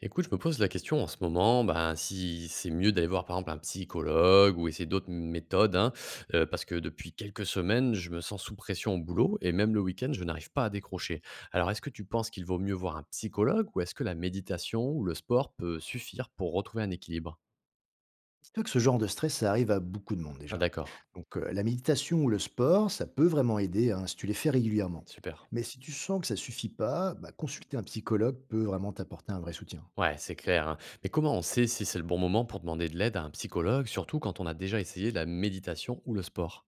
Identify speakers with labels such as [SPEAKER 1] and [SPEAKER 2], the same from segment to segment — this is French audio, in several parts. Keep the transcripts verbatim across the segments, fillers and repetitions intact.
[SPEAKER 1] Écoute, je me pose la question en ce moment, ben, si c'est mieux d'aller voir par exemple un psychologue ou essayer d'autres méthodes, hein, euh, parce que depuis quelques semaines, je me sens sous pression au boulot et même le week-end, je n'arrive pas à décrocher. Alors, est-ce que tu penses qu'il vaut mieux voir un psychologue ou est-ce que la méditation ou le sport peut suffire pour retrouver un équilibre?
[SPEAKER 2] Tu vois que ce genre de stress, ça arrive à beaucoup de monde
[SPEAKER 1] Ah,
[SPEAKER 2] déjà.
[SPEAKER 1] d'accord,
[SPEAKER 2] Donc euh, la méditation ou le sport, ça peut vraiment aider, hein, si tu les fais régulièrement.
[SPEAKER 1] super.
[SPEAKER 2] Mais si tu sens que ça suffit pas, bah, consulter un psychologue peut vraiment t'apporter un vrai soutien.
[SPEAKER 1] Ouais, c'est clair, hein. Mais comment on sait si c'est le bon moment pour demander de l'aide à un psychologue, surtout quand on a déjà essayé la méditation ou le sport?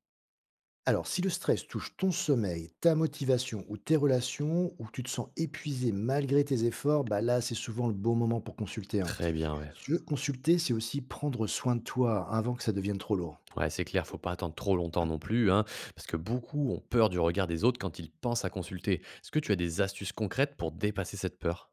[SPEAKER 2] Alors si le stress touche ton sommeil, ta motivation ou tes relations, ou que tu te sens épuisé malgré tes efforts, bah là c'est souvent le bon moment pour consulter, hein.
[SPEAKER 1] Très bien, ouais.
[SPEAKER 2] Si tu veux consulter, c'est aussi prendre soin de toi avant que ça devienne trop lourd.
[SPEAKER 1] Ouais, c'est clair, faut pas attendre trop longtemps non plus, hein, parce que beaucoup ont peur du regard des autres quand ils pensent à consulter. Est-ce que tu as des astuces concrètes pour dépasser cette peur?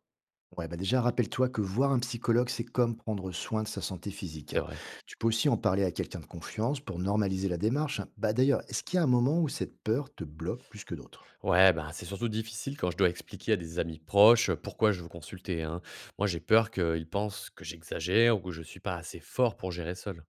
[SPEAKER 2] Ouais, bah déjà, rappelle-toi que voir un psychologue, c'est comme prendre soin de sa santé physique,
[SPEAKER 1] C'est
[SPEAKER 2] hein.
[SPEAKER 1] vrai.
[SPEAKER 2] Tu peux aussi en parler à quelqu'un de confiance pour normaliser la démarche, hein. Bah d'ailleurs, est-ce qu'il y a un moment où cette peur te bloque plus que d'autres?
[SPEAKER 1] Ouais, ben, c'est surtout difficile quand je dois expliquer à des amis proches euh, pourquoi je veux consulter, hein. Moi, j'ai peur qu'ils pensent que j'exagère ou que je suis pas assez fort pour gérer seul.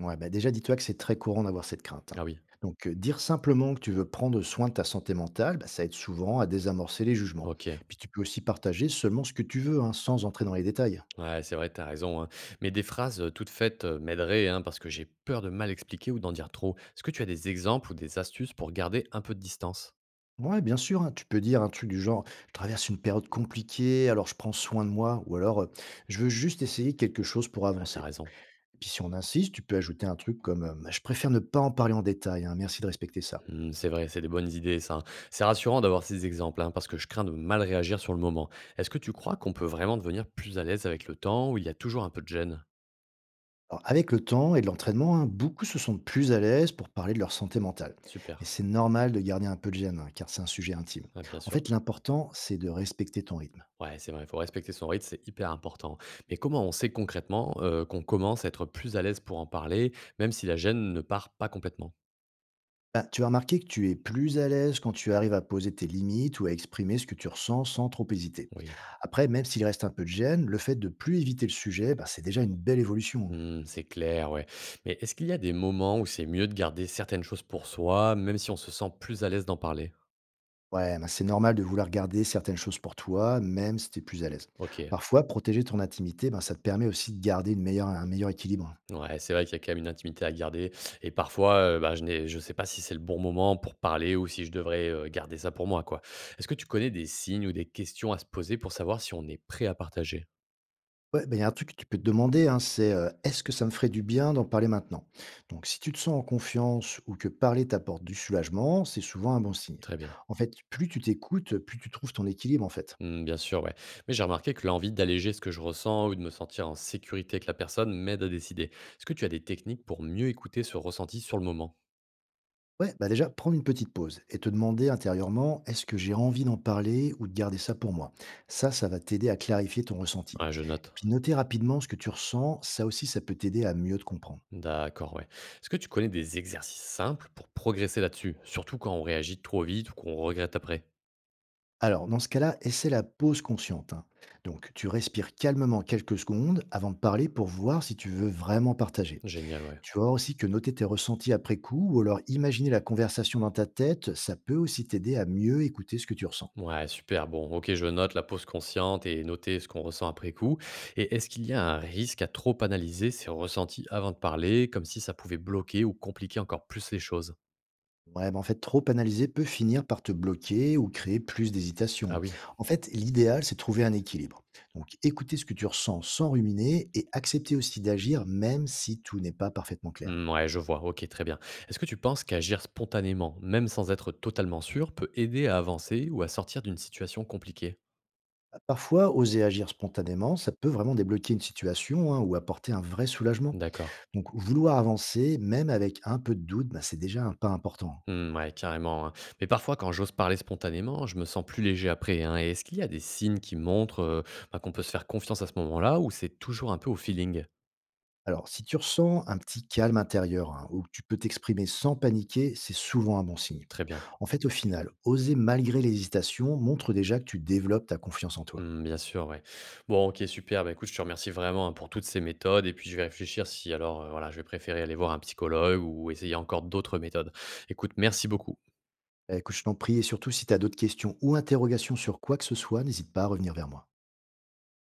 [SPEAKER 2] Ouais, bah déjà, dis-toi que c'est très courant d'avoir cette crainte, hein.
[SPEAKER 1] Ah oui,
[SPEAKER 2] Donc, euh, dire simplement que tu veux prendre soin de ta santé mentale, bah, ça aide souvent à désamorcer les jugements.
[SPEAKER 1] ok.
[SPEAKER 2] Puis tu peux aussi partager seulement ce que tu veux, hein, sans entrer dans les détails.
[SPEAKER 1] Ouais, c'est vrai, t'as raison, hein. Mais des phrases euh, toutes faites euh, m'aideraient, hein, parce que j'ai peur de mal expliquer ou d'en dire trop. Est-ce que tu as des exemples ou des astuces pour garder un peu de distance?
[SPEAKER 2] Ouais, bien sûr, hein, tu peux dire un truc du genre, je traverse une période compliquée, alors je prends soin de moi, ou alors euh, je veux juste essayer quelque chose pour
[SPEAKER 1] Ah, t'as
[SPEAKER 2] avancer.
[SPEAKER 1] raison.
[SPEAKER 2] Puis si on insiste, tu peux ajouter un truc comme, euh, je préfère ne pas en parler en détail, hein, merci de respecter ça.
[SPEAKER 1] Mmh, c'est vrai, c'est des bonnes idées ça, hein. C'est rassurant d'avoir ces exemples, hein, parce que je crains de mal réagir sur le moment. Est-ce que tu crois qu'on peut vraiment devenir plus à l'aise avec le temps, où il y a toujours un peu de gêne?
[SPEAKER 2] Alors, avec le temps et de l'entraînement, hein, beaucoup se sentent plus à l'aise pour parler de leur santé mentale. Mais
[SPEAKER 1] Super.
[SPEAKER 2] c'est normal de garder un peu de gêne, hein, car c'est un sujet intime.
[SPEAKER 1] Ah, bien
[SPEAKER 2] En
[SPEAKER 1] sûr.
[SPEAKER 2] fait, l'important, c'est de respecter ton rythme.
[SPEAKER 1] Ouais, c'est vrai, il faut respecter son rythme, c'est hyper important. Mais comment on sait concrètement euh, qu'on commence à être plus à l'aise pour en parler, même si la gêne ne part pas complètement?
[SPEAKER 2] Bah, tu as remarqué que tu es plus à l'aise quand tu arrives à poser tes limites ou à exprimer ce que tu ressens sans trop hésiter.
[SPEAKER 1] Oui.
[SPEAKER 2] Après, même s'il reste un peu de gêne, le fait de plus éviter le sujet, bah, c'est déjà une belle évolution.
[SPEAKER 1] Mmh, c'est clair, ouais. Mais est-ce qu'il y a des moments où c'est mieux de garder certaines choses pour soi, même si on se sent plus à l'aise d'en parler?
[SPEAKER 2] Ouais, bah, c'est normal de vouloir garder certaines choses pour toi, même si tu es plus à l'aise.
[SPEAKER 1] Ok.
[SPEAKER 2] Parfois, protéger ton intimité, bah, ça te permet aussi de garder une meilleure- un meilleur équilibre.
[SPEAKER 1] Ouais, c'est vrai qu'il y a quand même une intimité à garder et parfois, heu, bah, je n'ai je sais pas si c'est le bon moment pour parler ou si je devrais, heu, garder ça pour moi, quoi. Est-ce que tu connais des signes ou des questions à se poser pour savoir si on est prêt à partager?
[SPEAKER 2] Ouais, ben, il y a un truc que tu peux te demander, hein, c'est, heu, est-ce que ça me ferait du bien d'en parler maintenant? Donc si tu te sens en confiance ou que parler t'apporte du soulagement, c'est souvent un bon signe.
[SPEAKER 1] Très bien.
[SPEAKER 2] En fait, plus tu t'écoutes, plus tu trouves ton équilibre, en fait.
[SPEAKER 1] Mmh, bien sûr, ouais. Mais j'ai remarqué que l'envie d'alléger ce que je ressens ou de me sentir en sécurité avec la personne m'aide à décider. Est-ce que tu as des techniques pour mieux écouter ce ressenti sur le moment?
[SPEAKER 2] Ouais, bah, déjà, prendre une petite pause et te demander intérieurement: «Est-ce que j'ai envie d'en parler ou de garder ça pour moi?» Ça, ça va t'aider à clarifier ton ressenti.
[SPEAKER 1] Ouais, je
[SPEAKER 2] Et
[SPEAKER 1] note.
[SPEAKER 2] puis noter rapidement ce que tu ressens, ça aussi, ça peut t'aider à mieux te comprendre.
[SPEAKER 1] D'accord, ouais. Est-ce que tu connais des exercices simples pour progresser là-dessus? Surtout quand on réagit trop vite ou qu'on regrette après?
[SPEAKER 2] Alors, dans ce cas-là, essaie la pause consciente, hein. Donc, tu respires calmement quelques secondes avant de parler pour voir si tu veux vraiment partager.
[SPEAKER 1] Génial, ouais.
[SPEAKER 2] Tu vois aussi que noter tes ressentis après coup ou alors imaginer la conversation dans ta tête, ça peut aussi t'aider à mieux écouter ce que tu ressens.
[SPEAKER 1] Ouais, super. Bon, ok, je note la pause consciente et noter ce qu'on ressent après coup. Et est-ce qu'il y a un risque à trop analyser ses ressentis avant de parler, comme si ça pouvait bloquer ou compliquer encore plus les choses?
[SPEAKER 2] Ouais, mais en fait, trop analyser peut finir par te bloquer ou créer plus
[SPEAKER 1] Ah
[SPEAKER 2] d'hésitation.
[SPEAKER 1] oui.
[SPEAKER 2] En fait, l'idéal, c'est de trouver un équilibre. Donc, écouter ce que tu ressens sans ruminer et accepter aussi d'agir même si tout n'est pas parfaitement clair.
[SPEAKER 1] Hmm, ouais, je vois. Ok, très bien. Est-ce que tu penses qu'agir spontanément, même sans être totalement sûr, peut aider à avancer ou à sortir d'une situation compliquée?
[SPEAKER 2] Parfois, oser agir spontanément, ça peut vraiment débloquer une situation, hein, ou apporter un vrai soulagement.
[SPEAKER 1] D'accord.
[SPEAKER 2] Donc, vouloir avancer, même avec un peu de doute, bah, c'est déjà un pas important.
[SPEAKER 1] Hmm, ouais, carrément, hein. Mais parfois, quand j'ose parler spontanément, je me sens plus léger après, hein. Et est-ce qu'il y a des signes qui montrent euh, bah, qu'on peut se faire confiance à ce moment-là ou c'est toujours un peu au feeling?
[SPEAKER 2] Alors, si tu ressens un petit calme intérieur, hein, ou que tu peux t'exprimer sans paniquer, c'est souvent un bon signe.
[SPEAKER 1] Très bien.
[SPEAKER 2] En fait, au final, oser malgré l'hésitation montre déjà que tu développes ta confiance en toi.
[SPEAKER 1] Mmh, bien sûr, ouais. Bon, OK, super. Bah, écoute, je te remercie vraiment, hein, pour toutes ces méthodes et puis je vais réfléchir si alors, heu, voilà, je vais préférer aller voir un psychologue ou essayer encore d'autres méthodes. Écoute, merci beaucoup.
[SPEAKER 2] Bah, écoute, je t'en prie, et surtout si tu as d'autres questions ou interrogations sur quoi que ce soit, n'hésite pas à revenir vers moi.